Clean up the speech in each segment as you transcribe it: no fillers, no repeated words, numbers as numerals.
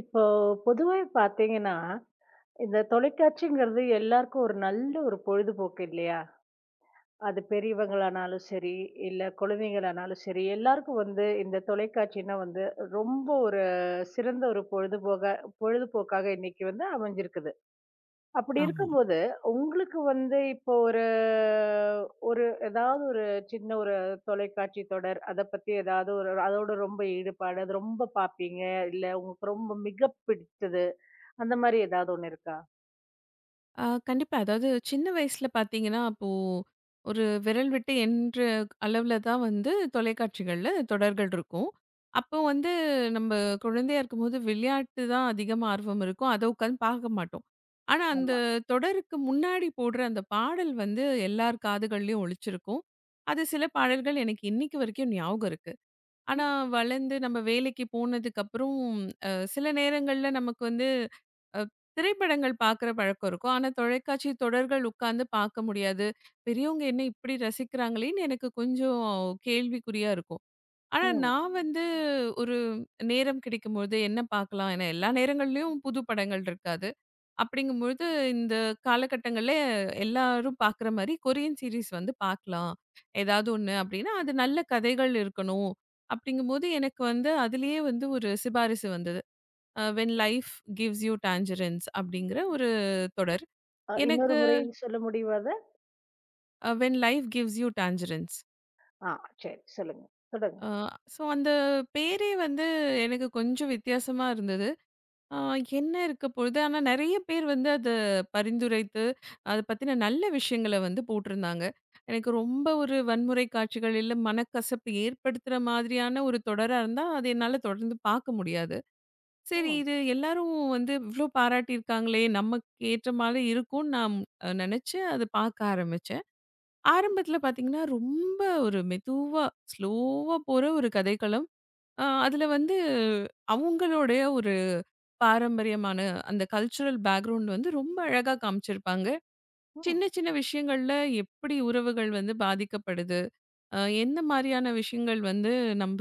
இப்போ பொதுவாவே பார்த்தீங்கன்னா, இந்த தொலைக்காட்சிங்கிறது எல்லாருக்கும் ஒரு நல்ல ஒரு பொழுதுபோக்கு இல்லையா? அது பெரியவங்களானாலும் சரி, இல்ல குழந்தைங்களானாலும் சரி, எல்லாருக்கும் வந்து இந்த தொலைக்காட்சின்னா வந்து ரொம்ப ஒரு சிறந்த ஒரு பொழுதுபோக்காக இன்னைக்கு வந்து அமைஞ்சிருக்குது. அப்படி ஆமா. இருக்கும்போது, உங்களுக்கு வந்து இப்போ ஒரு ஒரு ஏதாவது ஒரு சின்ன ஒரு தொலைக்காட்சி தொடர், அத பத்தி ஏதாவது ஒரு அதோட ரொம்ப ஈடுபாடு, அது ரொம்ப பார்ப்பீங்க, இல்ல உங்களுக்கு ரொம்ப மிக பிடித்தது, அந்த மாரி ஏதாவது ஒண்ணு இருக்கா? ஆ, கண்டிப்பா. அதாவது சின்ன வயசுல பார்த்தீங்கன்னா, அப்போ ஒரு விரல் விட்டு எண்ற அளவுல தான் வந்து தொலைக்காட்சிகள்ல தொடர்கள் இருக்கும். அப்போ வந்து நம்ம குழந்தையா இருக்கும்போது விளையாட்டு தான் அதிகமா ஆர்வம் இருக்கும். அத உட்காந்து பார்க்க மாட்டோம். ஆனா, அந்த ஆமா. தொடருக்கு முன்னாடி போடுற அந்த பாடல் வந்து எல்லார் காதுகள்லயும் ஒலிச்சிருக்கும். அது சில பாடல்கள் எனக்கு இன்னைக்கு வரைக்கும் ஞாபகம் இருக்கு. ஆனா, வளர்ந்து நம்ம வேலைக்கு போனதுக்கப்புறம் சில நேரங்கள்ல நமக்கு வந்து அ திரைப்படங்கள் பார்க்குற பழக்கம் இருக்கும். ஆனா, தொலைக்காட்சி தொடர்கள் உட்கார்ந்து பார்க்க முடியாது. பெரியவங்க என்ன இப்படி ரசிக்கிறாங்களேன்னு எனக்கு கொஞ்சம் கேள்விக்குறியா இருக்கும். ஆனா, ம். நான் வந்து ஒரு நேரம் கிடைக்கும்பொழுது என்ன பார்க்கலாம்? ஏன்னா, எல்லா நேரங்கள்லயும் புது படங்கள் இருக்காது. அப்படிங்கும்பொழுது இந்த காலகட்டங்கள்ல எல்லாரும் பார்க்குற மாரி கொரியன் சீரிஸ் வந்து பார்க்கலாம். ஏதாவது ஒண்ணு அப்படின்னா, அது நல்ல கதைகள் இருக்கணும். அப்படிங்கும்போது எனக்கு வந்து அதிலேயே வந்து ஒரு சிபாரிசு வந்தது. When Life Gives You Tangerines அப்படிங்கிற ஒரு தொடர் இன்னொரு எனக்கு. முறை சொல்ல முடியுமா அத? When Life Gives You Tangerines. ஆ, சரி, சொல்லுங்க. சொல்லுங்க. ஸோ அந்த பேரே வந்து எனக்கு கொஞ்சம் வித்தியாசமா இருந்தது. என்ன இருக்க பொழுது ஆனால் நிறைய பேர் வந்து அதை பரிந்துரைத்து அதை பற்றின நல்ல விஷயங்களை வந்து போட்டிருந்தாங்க. எனக்கு ரொம்ப ஒரு வன்முறை காட்சிகள் இல்லை மனக்கசப்பு ஏற்படுத்துகிற மாதிரியான ஒரு தொடராக இருந்தால் அதை என்னால் தொடர்ந்து பார்க்க முடியாது. சரி, ம். இது எல்லாரும் வந்து இவ்ளோ பாராட்டியிருக்காங்களே. நமக்கு ஏற்ற மாதிரி இருக்கும்னு நான் நெனச்சு அத பாக்க ஆரம்பிச்சேன். ஆரம்பத்துல பாத்தீங்கன்னா, ரொம்ப ஒரு மெதுவா, ஸ்லோவா போற ஒரு கதைக்களம். அதுல வந்து அவங்களுடைய ஒரு பாரம்பரியமான அந்த கல்ச்சுரல் பேக்ரவுண்ட் வந்து ரொம்ப அழகா காமிச்சிருப்பாங்க. ம். சின்ன சின்ன விஷயங்கள்ல எப்படி உறவுகள் வந்து பாதிக்கப்படுது? எந்த மாரியான விஷயங்கள் வந்து நம்ப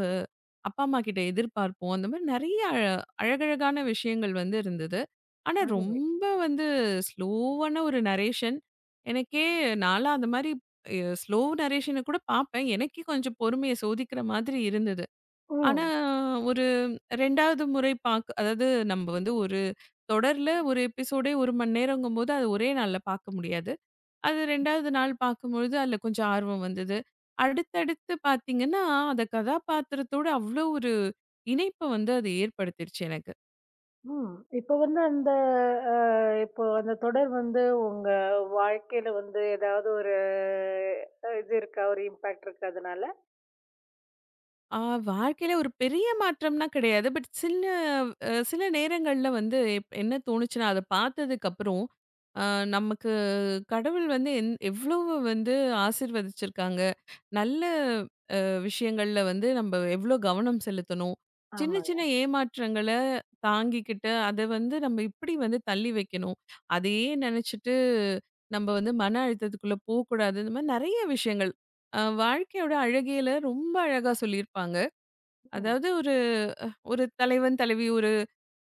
அப்பா, அம்மா கிட்ட எதிர்பார்ப்போம்? அந்த மாரி நெறைய அழகழகான விஷயங்கள் வந்து இருந்தது. ஆனா, அருமை. ரொம்ப வந்து ஸ்லோவான ஒரு நரேஷன். எனக்கே நான்லாம் அந்த மாரி ஸ்லோ நரேஷன கூட பார்ப்பேன். எனக்கே கொஞ்சம் பொறுமைய சோதிக்கிற மாதிரி இருந்தது. ஆனா, ம். ஒரு 2வது முறை பார்க்க அதாவது நம்ப வந்து ஒரு தொடர்ல ஒரு எபிசோடே 1 மணி நேரங்கும்போது, அது ஒரே நாள்ல பார்க்க முடியாது. அது 2வது நாள் பார்க்கும்பொழுது அதில கொஞ்சம் ஆர்வம் வந்தது. அடுத்தடுத்து பார்த்தீங்கன்னா, அந்த கதாபாத்திரத்தோட அவ்ளோ ஒரு இணைப்ப வந்து அது ஏற்படுத்திருச்சு எனக்கு. ம். இப்ப வந்து அந்த அ இப்போ அந்த தொடர் வந்து உங்க வாழ்க்கையில வந்து ஏதாவது ஒரு இது இருக்கா? ஒரு இம்பாக்ட் இருக்கா அதனால? ஆ, வாழ்க்கையில ஒரு பெரிய மாற்றம்னா கிடையாது. பட் சில சில நேரங்கள்ல வந்து என்ன தோணுச்சுன்னா, அத பார்த்ததுக்கப்புறம், அ நமக்கு கடவுள் வந்து எவ்வளவு வந்து ஆசீர்வதிச்சிருக்காங்க. நல்ல விஷயங்கள்ல வந்து நம்ப எவ்ளோ கவனம் செலுத்தணும்? சின்ன, ஆமாங்க. சின்ன ஏமாற்றங்கள தாங்கிக்கிட்டு, அத வந்து நம்ம இப்டி வந்து தள்ளி வைக்கணும். அதையே நெனச்சுட்டு நம்ப வந்து மன அழுத்தத்துக்குள்ள போக்கூடாது. இந்த மாரி நெறைய விஷயங்கள். வாழ்க்கையோட அழகியல ரொம்ப அழகா சொல்லியிருப்பாங்க. ம். அதாவது ஒரு ஒரு தலைவன், தலைவி ஒரு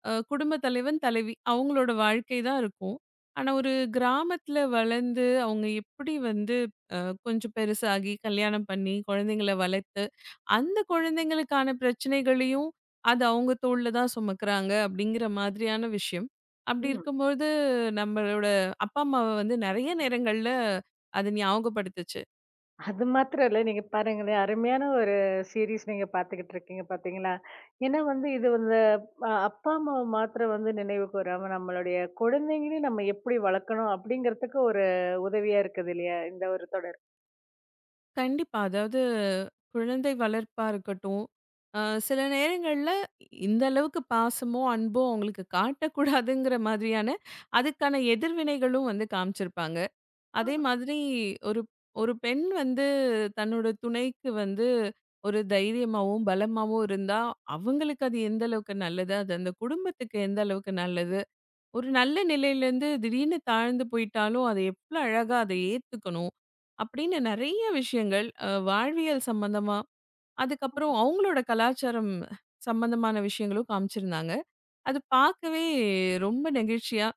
குடும்ப தலைவன், தலைவி அவங்களோட வாழ்க்கை தான் இருக்கும். ஆனா, ஒரு கிராமத்துல வளர்ந்து அவங்க எப்படி வந்து அ கொஞ்சம் பெருசாகி, கல்யாணம் பண்ணி, குழந்தைங்கள வளர்த்து, அந்த குழந்தைங்களுக்கான பிரச்சனைகளையும் அது அவங்க தோள்ல தான் சுமக்குறாங்க அப்படிங்கிற மாதிரியான விஷயம். அப்படி ம். இருக்கும்போது, நம்மளோட அப்பா, அம்மாவ வந்து நெறைய நேரங்கள்ல அது ஞாபகப்படுத்துச்சு. அது மாத்திரம் இல்ல. நீங்க பாருங்களேன், அருமையான ஒரு சீரிஸ் நீங்க பார்த்துக்கிட்டு இருக்கீங்க பார்த்தீங்களா? ஏன்னா வந்து இது வந்து அப்பா, அம்மாவ மாத்திரம் வந்து நினைவுக்கு வராம, நம்மளுடைய குழந்தைங்களையும் நம்ம எப்படி வளர்க்கணும்? அப்படிங்கிறதுக்கு ஒரு உதவியா இருக்குது இல்லையா? இந்த ஒரு தொடர். கண்டிப்பா. அதாவது குழந்தை வளர்ப்பா இருக்கட்டும், அ சில நேரங்கள்ல இந்த அளவுக்கு பாசமோ, அன்போ அவங்களுக்கு காட்டக்கூடாதுங்கிற மாதிரியான அதுக்கான எதிர்வினைகளும் வந்து காமிச்சிருப்பாங்க. அதே மாதிரி ஒரு ஒரு பெண் வந்து தன்னோட துணைக்கு வந்து ஒரு தைரியமாவும், பலமாவும் இருந்தா அவங்களுக்கு அது எந்த அளவுக்கு நல்லது? அது அந்த குடும்பத்துக்கு எந்த அளவுக்கு நல்லது? ஒரு நல்ல நிலையிலேருந்து திடீர்னு தாழ்ந்து போயிட்டாலும், அதை எவ்ளோ அழகா அதை ஏத்துக்கணும். அப்படின்னு நெறைய விஷயங்கள் வாழ்வியல் சம்மந்தமா, அதுக்கப்புறம் அவங்களோட கலாச்சாரம் சம்மந்தமான விஷயங்களும் காமிச்சிருந்தாங்க. அது பார்க்கவே ரொம்ப நெகிழ்ச்சியா.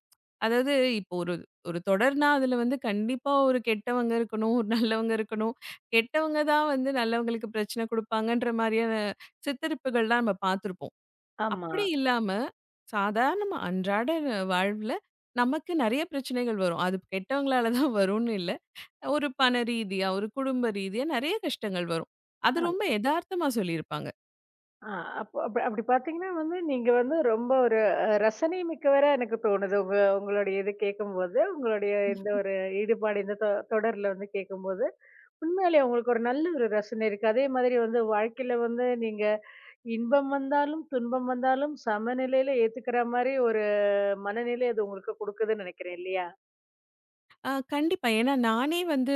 அதாவது இப்போ ஒரு ஒரு தொடர்னா அதில வந்து கண்டிப்பா ஒரு கெட்டவங்க இருக்கணும், ஒரு நல்லவங்க இருக்கணும். கெட்டவங்க தான் வந்து நல்லவங்களுக்கு பிரச்சனை குடுப்பாங்கன்ற மாரியான சித்தரிப்புகள்லாம் நம்ம பார்த்துருப்போம். ஆமா. அப்படி இல்லாம, சாதாரணமா அன்றாட வாழ்வுல நமக்கு நெறைய பிரச்சனைகள் வரும். அது கெட்டவங்களால தான் வரும்னு இல்ல. ஒரு பண ரீதியா, ஒரு குடும்ப ரீதியா நெறைய கஷ்டங்கள் வரும். அது ரொம்ப எதார்த்தமா சொல்லியிருப்பாங்க. ஆ, அப்ப அப்ப அப்படி பார்த்தீங்கன்னா வந்து, நீங்க வந்து ரொம்ப ஒரு ரசனை மிக்கவரா எனக்கு தோணுது. உங்களுடைய இது கேட்கும்போது, உங்களுடைய இந்த ஒரு ஈடுபாடு இந்த தொடர்ல வந்து கேட்கும்போது, உண்மையிலேயே உங்களுக்கு ஒரு நல்ல ஒரு ரசனை இருக்கு. அதே மாதிரி வந்து வாழ்க்கையில வந்து நீங்க இன்பம் வந்தாலும், துன்பம் வந்தாலும் சமநிலையில ஏத்துக்கிற மாரி ஒரு மனநிலை அது உங்களுக்கு குடுக்குதுன்னு நெனைக்கிறேன் இல்லையா? ஆ, கண்டிப்பா. ஏன்னா நானே வந்து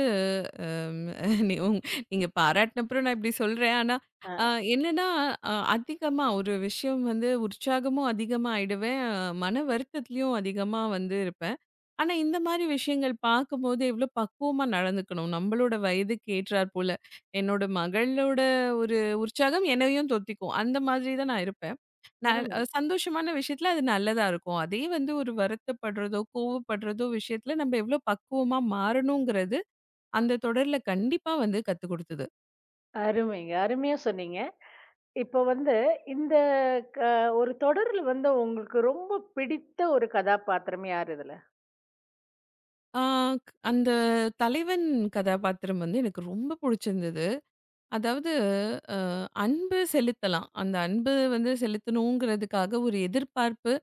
அம் நீ உங் நீங்க பாராட்டினப்புறம் நான் இப்படி சொல்றேன். ஆனா ஆ, அ என்னன்னா அதிகமா ஒரு விஷயம் வந்து உற்சாகமும் அதிகமா ஆயிடுவேன். ஆ, மன வருத்தத்திலயும் அதிகமா வந்து இருப்பேன். ஆனா இந்த மாரி விஷயங்கள் பார்க்கும்போது எவ்வளோ பக்குவமா நடந்துக்கணும். நம்மளோட வயதுக்கு ஏற்றார் போல. என்னோட மகளோட ஒரு உற்சாகம் என்னையும் தொத்திக்கும். அந்த மாதிரி தான் நான் இருப்பேன். ந அருமை. சந்தோஷமான விஷயத்துல அது நல்லதா இருக்கும். அதே வந்து ஒரு வருத்தப்படுறதோ, கோவப்படுறதோ விஷயத்துல நம்ம எவ்ளோ பக்குவமா மாறணுங்கிறது, அந்த தொடர்ல கண்டிப்பா வந்து கத்துக் குடுத்தது. அருமைங்க. அருமையா சொன்னீங்க. இப்போ வந்து இந்த க ஒரு தொடர்ல வந்து உங்களுக்கு ரொம்ப பிடித்த ஒரு கதாபாத்திரம் யார் இதுல? ஆ, அந்த தலைவன் கதாபாத்திரம் வந்து எனக்கு ரொம்ப புடிச்சிருந்தது. அதாவது அ அன்பு செலுத்தலாம். அந்த அன்பு வந்து செலுத்தணுங்கிறதுக்காக ஒரு எதிர்பார்ப்பு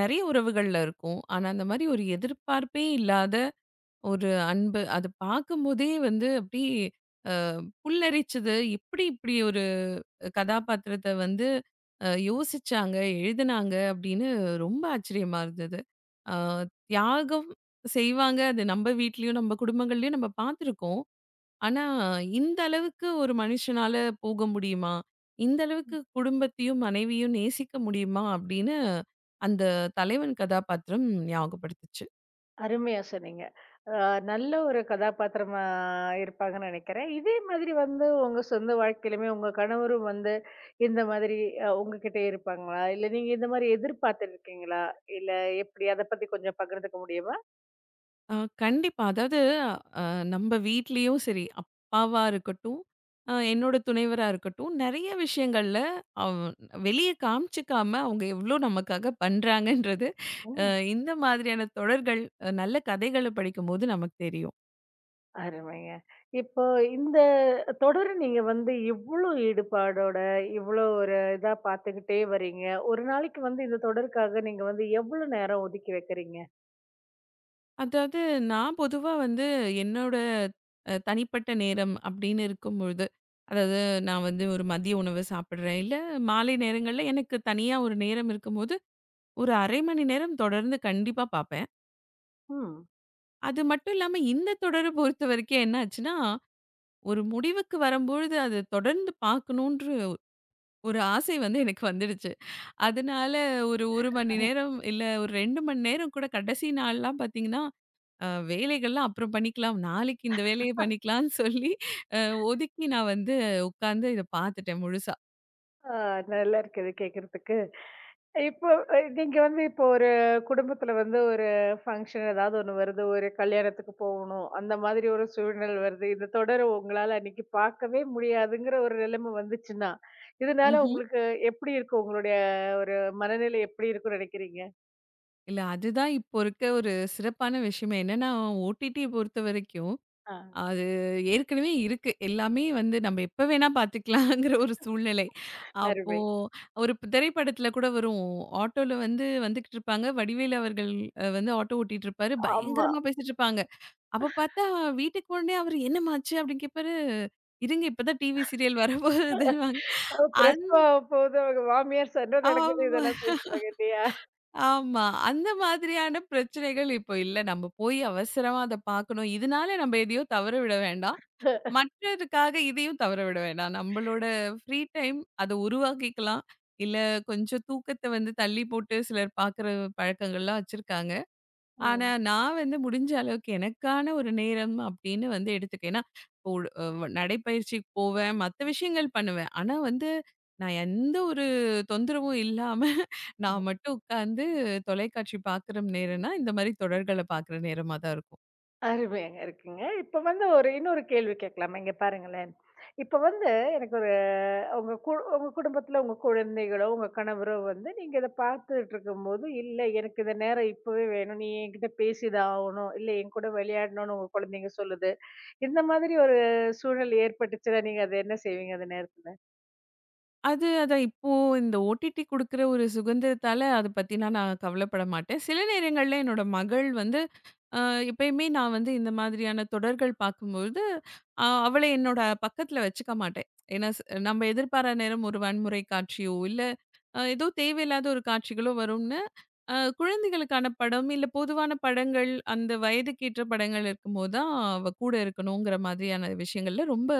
நெறைய உறவுகள்ல இருக்கும். ஆனா, அந்த மாரி ஒரு எதிர்பார்ப்பே இல்லாத ஒரு அன்பு. அத பாக்கும்போதே வந்து அப்டியே புல்லரிச்சது. எப்படி இப்படி ஒரு கதாபாத்திரத்த வந்து யோசிச்சாங்க, எழுதுனாங்க அப்படின்னு ரொம்ப ஆச்சரியமா இருந்தது. அ தியாகம் செய்வாங்க. அது நம்ம வீட்லயும், நம்ம குடும்பங்கள்லயும் நம்ம பார்த்துருக்கோம். ஆனா, இந்த அளவுக்கு ஒரு மனுஷனால போக முடியுமா? இந்த அளவுக்கு குடும்பத்தையும், மனைவியும் நேசிக்க முடியுமா? அப்படின்னு அந்த தலைவன் கதாபாத்திரம் ஞாபகப்படுத்துச்சு. அருமையா சொன்னீங்க. அ நல்ல ஒரு கதாபாத்திரமா இருப்பாங்கன்னு நெனைக்கிறேன். இதே மாதிரி வந்து உங்க சொந்த வாழ்க்கையிலுமே உங்க கணவரும் வந்து இந்த மாதிரி உங்ககிட்ட இருப்பாங்களா? இல்ல நீங்க இந்த மாதிரி எதிர்பார்த்துருக்கீங்களா? இல்ல எப்படி? அத பத்தி கொஞ்சம் பகிர்ந்துக்க முடியுமா? ஆ, கண்டிப்பா. அதாவது அ நம்ப வீட்லயும் சரி, அப்பாவா இருக்கட்டும், என்னோட துணைவரா இருக்கட்டும், நெறைய விஷயங்கள்ல அவ் வெளிய காமிச்சுக்காம அவங்க எவ்ளோ நமக்காக பண்றாங்கன்றது, ஓ! அ இந்த மாதிரியான தொடர்கள், நல்ல கதைகள படிக்கும்போது நமக்கு தெரியும். அருமைங்க. இப்போ இந்த தொடர நீங்க வந்து இவ்ளோ ஈடுபாடோட, இவ்ளோ ஒரு இதா பார்த்துக்கிட்டே வர்றீங்க. ஒரு நாளைக்கு வந்து இந்த தொடருக்காக நீங்க வந்து எவ்ளோ நேரம் ஒதுக்கி வைக்கிறீங்க? அதாவது நான் பொதுவா வந்து என்னோட தனிப்பட்ட நேரம் அப்படின்னு இருக்கும்பொழுது, அதாவது நான் வந்து ஒரு மதிய உணவு சாப்பிடுறேன், இல்ல மாலை நேரங்கள்ல எனக்கு தனியா ஒரு நேரம் இருக்கும்போது, ஒரு 1/2 மணி நேரம் தொடர்ந்து கண்டிப்பா பார்ப்பேன். ம். அது மட்டும் இல்லாம, இந்த தொடர பொறுத்தவரைக்கும் என்ன ஆச்சுன்னா, ஒரு முடிவுக்கு வரும்பொழுது அத தொடர்ந்து பார்க்கணுன்ற ஒரு ஆசை வந்து எனக்கு வந்துடுச்சு. அதனால ஒரு 1 மணி நேரம் இல்ல ஒரு 2 மணி நேரம் கூட கடைசி நாள்லாம் பார்த்தீங்கன்னா, வேலைகள்லாம் அப்புறம் பண்ணிக்கலாம். நாளைக்கு இந்த வேலைய பண்ணிக்கலாம்னு சொல்லி அ ஒதுக்கி நான் வந்து உட்கார்ந்து இத பார்த்துட்டேன் முழுசா. ஆ, நல்லா இருக்குது கேட்கறதுக்கு. இப்போ நீங்க வந்து இப்போ ஒரு குடும்பத்துல வந்து ஒரு ஃபங்ஷன் ஏதாவது ஒண்ணு வருது, ஒரு கல்யாணத்துக்கு போகணும். அந்த மாதிரி ஒரு சூழ்நிலை வருது. இது தொடர உங்களால அன்னைக்கு பார்க்கவே முடியாதுங்கிற ஒரு நிலைமை வந்துச்சுன்னா, இதனால ம்ஹ்ம். உங்களுக்கு எப்படி இருக்கும்? உங்களுடைய ஒரு மனநிலை எப்படி இருக்கும்னு நினைக்கிறீங்க? இல்ல அதுதான் இப்போ இருக்க ஒரு சிறப்பான விஷயமே. என்னன்னா, OTT பொறுத்தவரைக்கும் ஆ. அது ஏற்கனவே இருக்கு. எல்லாமே வந்து நம்ம எப்ப வேணா பார்த்துக்கலாங்கிற ஒரு சூழ்நிலை. அப்போ அருமை. ஒரு திரைப்படத்துல கூட வரும். ஆட்டோல வந்து வந்துகிட்டு இருப்பாங்க. வடிவேலு அவர்கள் வந்து ஆட்டோ ஓட்டிட்டு இருப்பாரு. ஆமா. பயங்கரமா பேசிட்டு இருப்பாங்க. அப்ப பார்த்தா வீட்டுக்கு உடனே அவரு "என்னம்மாச்சு?" அப்படின்னு கேட்பாரு. "இருங்க இப்பதான் டிவி சீரியல் வரப்போகுதுன்னுவாங்க." அந் பிரசவம் ஆகப்போகுது, அவங்க மாமியார் சண்டை நடக்குது, ஆமா, இதெல்லாம் பேசுவாங்க இல்லையா? ஆமா. அந்த மாதிரியான பிரச்சனைகள் இப்போ இல்ல. நம்ம போய் அவசரமா அத பார்க்கணும். இதனால நம்ம எதையோ தவற விட வேண்டாம். மற்றதுக்காக இதையும் தவற விட வேண்டாம். நம்மளோட ஃப்ரீ டைம் அத உருவாக்கிக்கலாம். இல்ல கொஞ்சம் தூக்கத்த வந்து தள்ளி போட்டு சிலர் பார்க்குற பழக்கங்கள்லாம் வச்சிருக்காங்க. ஆனா ம். நான் வந்து முடிஞ்ச அளவுக்கு எனக்கான ஒரு நேரம் அப்படின்னு வந்து எடுத்துக்கேன். ஏன்னா இப்போ அ நடைப்பயிற்சிக்கு போவேன், மத்த விஷயங்கள் பண்ணுவேன். ஆனா வந்து நான் எந்த ஒரு தொந்தரவும் இல்லாம நான் மட்டும் உட்காந்து தொலைக்காட்சி பார்க்குற நேரம்னா, இந்த மாரி தொடர்கள பார்க்குற நேரமா தான் இருக்கும். அருமையாங்க இருக்குங்க. இப்ப வந்து ஒரு இன்னொரு கேள்வி கேட்கலாமா? இங்க பாருங்களேன். இப்ப வந்து எனக்கு ஒரு உங்க குடும்பத்துல உங்க குழந்தைகளோ, உங்க கணவரோ வந்து நீங்க இத பார்த்துட்டு இருக்கும்போது, "இல்ல எனக்கு இந்த நேரம் இப்பவே வேணும். நீ என்கிட்ட பேசிதான் ஆவணும். இல்ல என் கூட விளையாடணும்னு" உங்க குழந்தைங்க சொல்லுது. இந்த மாதிரி ஒரு சூழல் ஏற்பட்டுச்சுன்னா, நீங்க அத என்ன செய்வீங்க அந்த நேரத்துல? அது அதான் இப்போ இந்த ஓடிடி குடுக்குற ஒரு சுதந்திரத்தால அத பத்தினா நான் கவலைப்பட மாட்டேன். சில நேரங்கள்ல என்னோட மகள் வந்து அ எப்பயுமே நான் வந்து இந்த மாதிரியான தொடர்கள் பார்க்கும்பொழுது, அவள என்னோட பக்கத்துல வச்சுக்க மாட்டேன். ஏன்னா நம்ம எதிர்பாரா நேரம் ஒரு வன்முறை காட்சியோ, இல்ல ஏதோ தேவையில்லாத ஒரு காட்சிகளோ வரும்னு, அ குழந்தைகளுக்கான படம், இல்ல பொதுவான படங்கள், அந்த வயதுக்கேற்ற படங்கள் இருக்கும்போது தான் அவ கூட இருக்கணுங்கிற மாதிரியான விஷயங்கள்ல ரொம்ப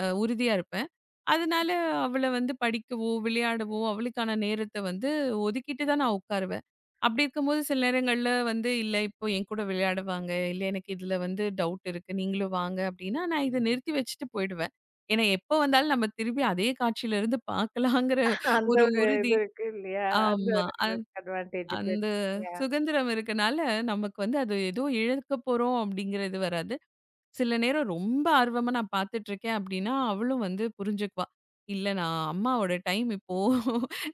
உறுதியா இருப்பேன். அதனால அவள வந்து படிக்கவோ, விளையாடவோ அவளுக்கான நேரத்த வந்து ஒதுக்கிட்டு தான் நான் உட்காருவேன். அப்படி இருக்கும்போது சில நேரங்கள்ல வந்து, "இல்ல இப்போ என்கூட விளையாட வாங்க. இல்ல எனக்கு இதுல வந்து டவுட் இருக்கு. நீங்களும் வாங்க." அப்படின்னா நான் இத நிறுத்தி வச்சுட்டு போயிடுவேன். ஏன்னா எப்போ வந்தாலும் நம்ம திரும்பி அதே காட்சியிலருந்து பார்க்கலாங்கிற அந்த ஒரு ஒரு உறுதி. இது இருக்கு இல்லையா? அந்த ஆமா. ஒரு அட்வான்டேஜ் அந்த போயிருக்கு இல்லையா? சுதந்திரம் இருக்கனால நமக்கு வந்து அது ஏதோ இழக்க போறோம் அப்படிங்கிறது வராது. சில நேரம் ரொம்ப ஆர்வமா நான் பார்த்துட்ருக்கேன் அப்டின்னா, அவளும் வந்து புரிஞ்சுக்குவா. இல்ல நான் அம்மாவோட டைம் இப்போ.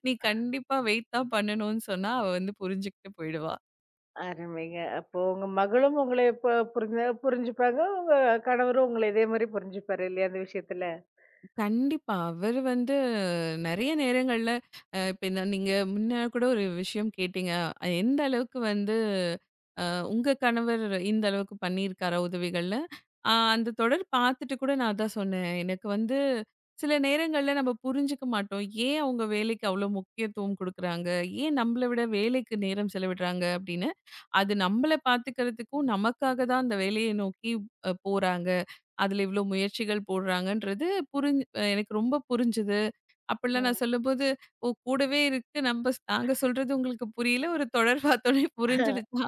நீ கண்டிப்பா வெயிட் தான் பண்ணணும்னு சொன்னா, அவ வந்து புரிஞ்சுகிட்டு போயிடுவா. அருமைங்க. அப்போ உங்க மகளும் உங்கள இப்ப புரிஞ்சுப்பாங்க. உங்க கணவரும் உங்கள இதே மாரி புரிஞ்சுப்பாரு இல்லையா அந்த விஷயத்துல? கண்டிப்பா. அவரு வந்து நெறைய நேரங்கள்ல இப்ப இந்த நீங்க முன்ன கூட ஒரு விஷயம் கேட்டீங்க. எந்த அளவுக்கு வந்து அ உங்க கணவர் இந்த அளவுக்கு பண்ணியிருக்காரா உதவிகள்ல? அந்த தொடர் பார்த்துட்டு கூட நான் அதான் சொன்னேன். எனக்கு வந்து சில நேரங்கள்ல நம்ம புரிஞ்சுக்க மாட்டோம். ஏன் அவங்க வேலைக்கு அவ்ளோ முக்கியத்துவம் குடுக்குறாங்க? ஏன் நம்மள விட வேலைக்கு நேரம் செலவிடுறாங்க அப்படின்னு. அது நம்மள பார்த்துக்கிறதுக்கும், நமக்காக தான் அந்த வேலையை நோக்கி போறாங்க. அதுல இவ்ளோ முயற்சிகள் போடுறாங்கன்றது புரிஞ் எனக்கு ரொம்ப புரிஞ்சுது. அப்படிலாம் ம். நான் சொல்லும்போது, "ஓ! கூடவே இருக்கு நம்ப நாங்க சொல்றது உங்களுக்கு புரியல. ஒரு தொடர் பார்த்தோனே புரிஞ்சிடுச்சா?"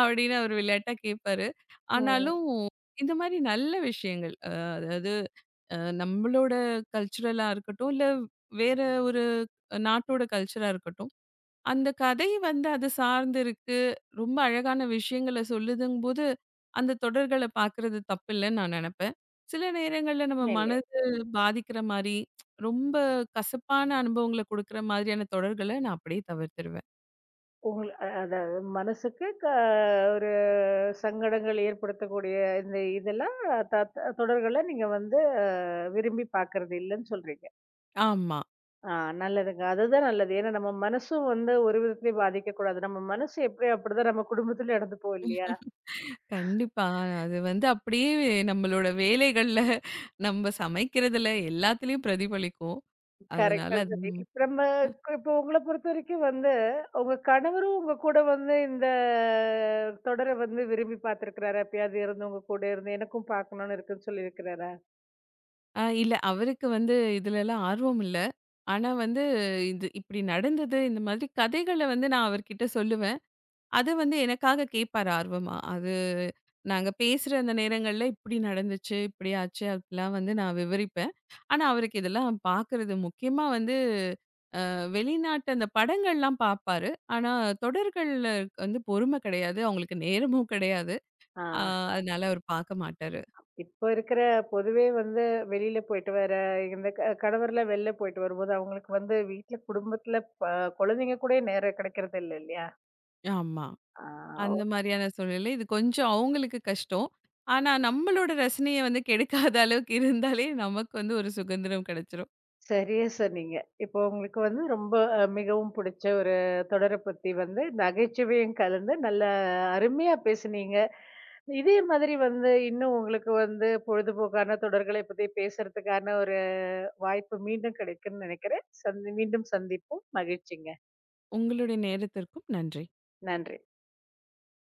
அப்படின்னு அவரு விளையாட்டா கேட்பாரு. ம். ஆனாலும் இந்த மாரி நல்ல விஷயங்கள். அதாவது நம்மளோட கல்ச்சுரலா இருக்கட்டும், இல்ல வேற ஒரு நாட்டோட கல்ச்சரா இருக்கட்டும். அந்த கதை வந்து அது சார்ந்து இருக்கு. ரொம்ப அழகான விஷயங்கள சொல்லுதுங்கும்போது, அந்த தொடர்கள பார்க்குறது தப்பில்லன்னு நான் நெனப்பேன். சில நேரங்கள்ல நம்ம உண்மையிலே. மனது பாதிக்கிற மாரி, ரொம்ப கசப்பான அனுபவங்கள குடுக்குற மாதிரியான தொடர்கள நான் அப்படியே தவிர்த்துருவேன். உங்கள அதாவது மனசுக்கு ஒரு சங்கடங்கள் ஏற்படுத்தக்கூடிய இந்த இதெல்லாம் த த தொடர்கள நீங்க வந்து அ விரும்பி பார்க்கறது இல்லன்னு சொல்றீங்க. ஆமா. ஆ, நல்லதுங்க. அதுதான் நல்லது. ஏன்னா நம்ம மனசும் வந்து ஒரு விதத்துலயும் பாதிக்கக்கூடாது. நம்ம மனசு எப்படியோ அப்படிதான் நம்ம குடும்பத்துல நடந்துப்போம் இல்லையா? கண்டிப்பா. அது வந்து அப்படியே நம்மளோட வேலைகள்ல, நம்ம சமைக்கிறதுல எல்லாத்துலயும் பிரதிபலிக்கும். அதனால கரெக்ட்டா அது. சொன்னீங்க. இப்போ உங்கள பொறுத்தவரைக்கும் வந்து, உங்க கணவரும் உங்க கூட வந்து இந்த தொடர வந்து விரும்பி பார்த்திருக்கிறாரா? எப்பயாவது இருந்து உங்க கூட இருந்து எனக்கும் பார்க்கணும்னு இருக்குன்னு சொல்லியிருக்கிறாரா? ஆ, இல்ல. அவருக்கு வந்து இதுலலாம் ஆர்வம் இல்ல. ஆனா வந்து இது இப்டி நடந்தது, இந்த மாதிரி கதைகள வந்து நான் அவர்கிட்ட சொல்லுவேன். அது வந்து எனக்காக கேட்பாரு ஆர்வமா. அது நாங்க பேசுற அந்த நேரங்கள்ல இப்டி நடந்துச்சு, இப்டி ஆச்சு அப்டிலாம் வந்து நான் விவரிப்பேன். ஆனா அவருக்கு இதெல்லாம் பார்க்குறது முக்கியமா வந்து வெளிநாட்டு அந்த படங்கள்லாம் பார்ப்பாரு. ஆனா தொடர்கள்ல வந்து பொறும கிடையாது. அவங்களுக்கு நேரமும் கிடையாது. ஆ, ஆஹா. அதனால அவர் பார்க்க மாட்டாரு. இப்போ இருக்கிற பொதுவே வந்து வெளியில போயிட்டு வர இந்த கணவர்லாம் வெளில போயிட்டு வரும்போது, அவங்களுக்கு வந்து வீட்ல குடும்பத்தில ப குழந்தைங்க கூடயே நேரம் கிடைக்கிறது இல்ல இல்லையா? ஆமா. ஆ. அந்த மாரியான சூழ்நிலை. இது கொஞ்சம் அவங்களுக்கு கஷ்டம். ஆனா, நம்மளோட ரசனைய வந்து கெடுக்காத அளவுக்கு இருந்தாலே நமக்கு வந்து ஒரு சுதந்திரம் கிடைச்சிரும். சரியா சொன்னீங்க. இப்போ உங்களுக்கு வந்து ரொம்ப மிகவும் பிடிச்ச ஒரு தொடர பத்தி வந்து நகைச்சுவையும் கலந்து நல்ல அருமையா பேசுனீங்க. இதே மாதிரி வந்து இன்னும் உங்களுக்கு வந்து பொழுதுபோக்கான தொடர்களை பத்தி பேசுறதுக்கான ஒரு வாய்ப்பு மீண்டும் கிடைக்கும்னு நினைக்கிறேன். சந்தி மீண்டும் சந்திப்போம். மகிழ்ச்சிங்க. உங்களுடைய நேரத்திற்கும் நன்றி. நன்றி.